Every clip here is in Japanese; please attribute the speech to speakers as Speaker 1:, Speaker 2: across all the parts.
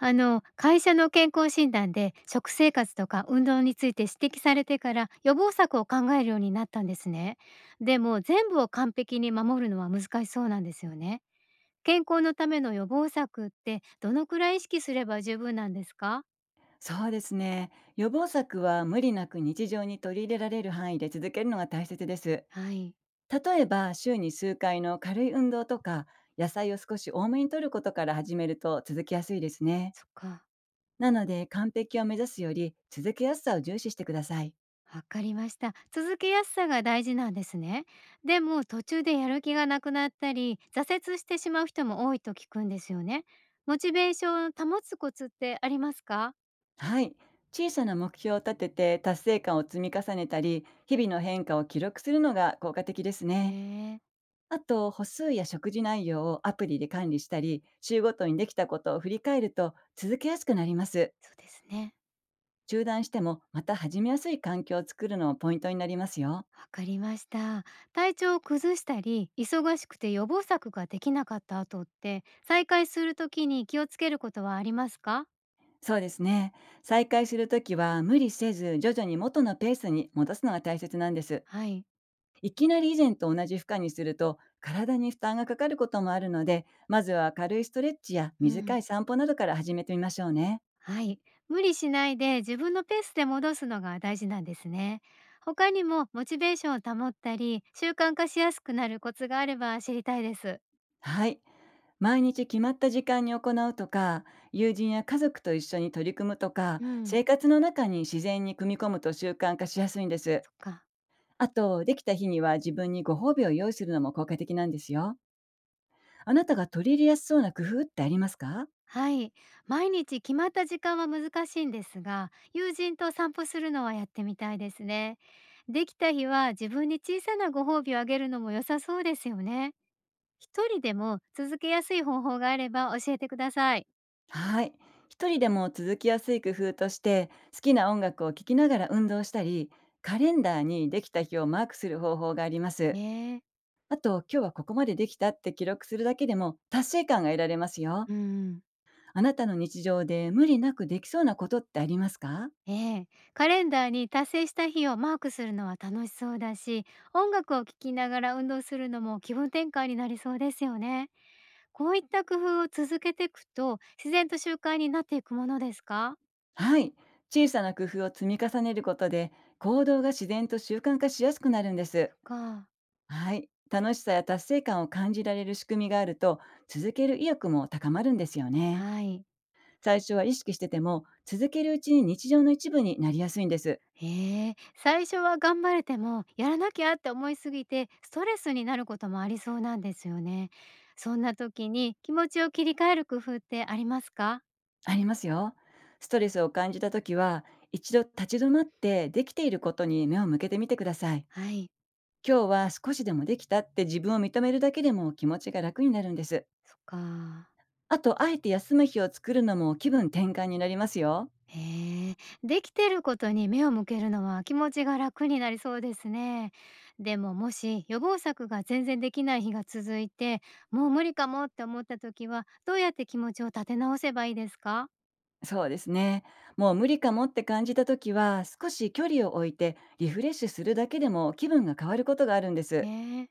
Speaker 1: あの会社の健康診断で食生活とか運動について指摘されてから予防策を考えるようになったんですね。でも全部を完璧に守るのは難しそうなんですよね。健康のための予防策ってどのくらい意識すれば十分なんですか？
Speaker 2: そうですね。予防策は無理なく日常に取り入れられる範囲で続けるのが大切です。
Speaker 1: はい。
Speaker 2: 例えば、週に数回の軽い運動とか、野菜を少し多めに摂ることから始めると続きやすいですね。
Speaker 1: そっか。
Speaker 2: なので、完璧を目指すより続けやすさを重視してください。
Speaker 1: わかりました。続けやすさが大事なんですね。でも途中でやる気がなくなったり挫折してしまう人も多いと聞くんですよね。モチベーションを保つコツってありますか？
Speaker 2: はい。小さな目標を立てて達成感を積み重ねたり、日々の変化を記録するのが効果的ですね。
Speaker 1: ねえ、
Speaker 2: あと、歩数や食事内容をアプリで管理したり、週ごとにできたことを振り返ると続けやすくなります。
Speaker 1: そうですね。
Speaker 2: 中断してもまた始めやすい環境を作るのもポイントになりますよ。
Speaker 1: わかりました。体調を崩したり、忙しくて予防策ができなかった後って、再開するときに気をつけることはありますか？
Speaker 2: そうですね。再開するときは無理せず徐々に元のペースに戻すのが大切なんです。
Speaker 1: はい。
Speaker 2: いきなり以前と同じ負荷にすると体に負担がかかることもあるので、まずは軽いストレッチや
Speaker 1: う
Speaker 2: 短
Speaker 1: ん。
Speaker 2: い散歩などから始めてみましょうね。
Speaker 1: はい。無理しないで自分のペースで戻すのが大事なんですね。他にもモチベーションを保ったり、習慣化しやすくなるコツがあれば知りたいです。
Speaker 2: はい。毎日決まった時間に行うとか、友人や家族と一緒に取り組むとか、
Speaker 1: うん。
Speaker 2: 生活の中に自然に組み込むと習慣化しやすいんです。
Speaker 1: そっか。
Speaker 2: あと、できた日には自分にご褒美を用意するのも効果的なんですよ。あなたが取り入れやすそうな工夫ってありますか？
Speaker 1: はい。毎日決まった時間は難しいんですが、友人と散歩するのはやってみたいですね。できた日は自分に小さなご褒美をあげるのも良さそうですよね。一人でも続けやすい方法があれば教えてください。
Speaker 2: はい。一人でも続きやすい工夫として、好きな音楽を聴きながら運動したり、カレンダーにできた日をマークする方法があります。
Speaker 1: ねえ。
Speaker 2: あと、今日はここまでできたって記録するだけでも達成感が得られますよ。
Speaker 1: うん。
Speaker 2: あなたの日常で無理なくできそうなことってありますか？
Speaker 1: ええ、カレンダーに達成した日をマークするのは楽しそうだし、音楽を聴きながら運動するのも気分転換になりそうですよね。こういった工夫を続けていくと、自然と習慣になっていくものですか？
Speaker 2: はい。小さな工夫を積み重ねることで、行動が自然と習慣化しやすくなるんで
Speaker 1: そ
Speaker 2: す。
Speaker 1: っか。
Speaker 2: はい。楽しさや達成感を感じられる仕組みがあると、続ける意欲も高まるんですよね。
Speaker 1: はい。
Speaker 2: 最初は意識してても、続けるうちに日常の一部になりやすいんです。
Speaker 1: へえ。最初は頑張れても、やらなきゃって思いすぎて、ストレスになることもありそうなんですよね。そんな時に気持ちを切り替える工夫ってありますか？
Speaker 2: ありますよ。ストレスを感じたときは、一度立ち止まってできていることに目を向けてみてください。
Speaker 1: はい。
Speaker 2: 今日は少しでもできたって自分を認めるだけでも気持ちが楽になるんです。
Speaker 1: そっか。
Speaker 2: あと、あえて休む日を作るのも気分転換になりますよ。
Speaker 1: へえ。できてることに目を向けるのは気持ちが楽になりそうですね。でも、もし予防策が全然できない日が続いて、もう無理かもって思った時は、どうやって気持ちを立て直せばいいですか？
Speaker 2: そうですね。もう無理かもって感じた時は、少し距離を置いてリフレッシュするだけでも気分が変わることがあるんです。
Speaker 1: ね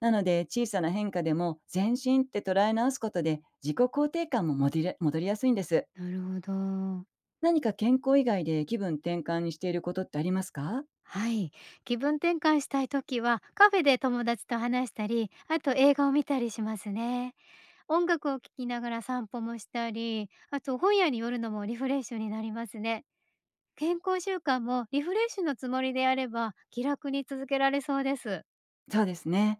Speaker 2: なので、小さな変化でも全身って捉え直すことで自己肯定感も戻りやすいんです。
Speaker 1: え、なるほど。
Speaker 2: 何か健康以外で気分転換にしていることってありますか？
Speaker 1: はい。気分転換したい時は、カフェで友達と話したり、あと映画を見たりしますね。音楽を聴きながら散歩もしたり、あと本屋に寄るのもリフレッシュになりますね。健康習慣もリフレッシュのつもりでやれば、気楽に続けられそうです。
Speaker 2: そうですね。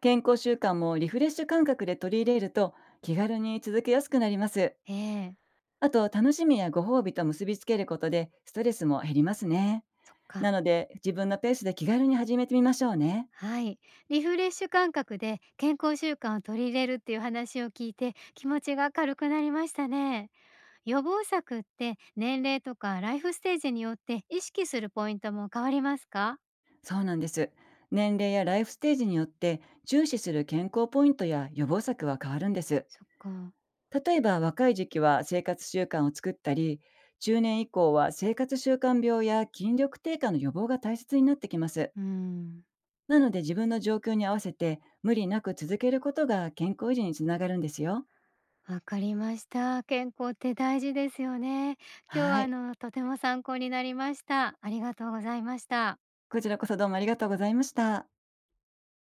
Speaker 2: 健康習慣もリフレッシュ感覚で取り入れると気軽に続けやすくなります。
Speaker 1: ええ。
Speaker 2: あと、楽しみやご褒美と結びつけることでストレスも減りますね。
Speaker 1: そっか。
Speaker 2: なので、自分のペースで気軽に始めてみましょうね。
Speaker 1: はい。リフレッシュ感覚で健康習慣を取り入れるっていう話を聞いて、気持ちが軽くなりましたね。予防策って年齢とかライフステージによって意識するポイントも変わりますか？
Speaker 2: そうなんです。年齢やライフステージによって重視する健康ポイントや予防策は変わるんです。
Speaker 1: そっか。
Speaker 2: 例えば、若い時期は生活習慣を作ったり、中年以降は生活習慣病や筋力低下の予防が大切になってきます。
Speaker 1: うん。
Speaker 2: なので、自分の状況に合わせて無理なく続けることが健康維持につながるんですよ。
Speaker 1: わかりました。健康って大事ですよね。今日は
Speaker 2: はい。
Speaker 1: とても参考になりました。ありがとうございました。
Speaker 2: こちらこそどうもありがとうございました。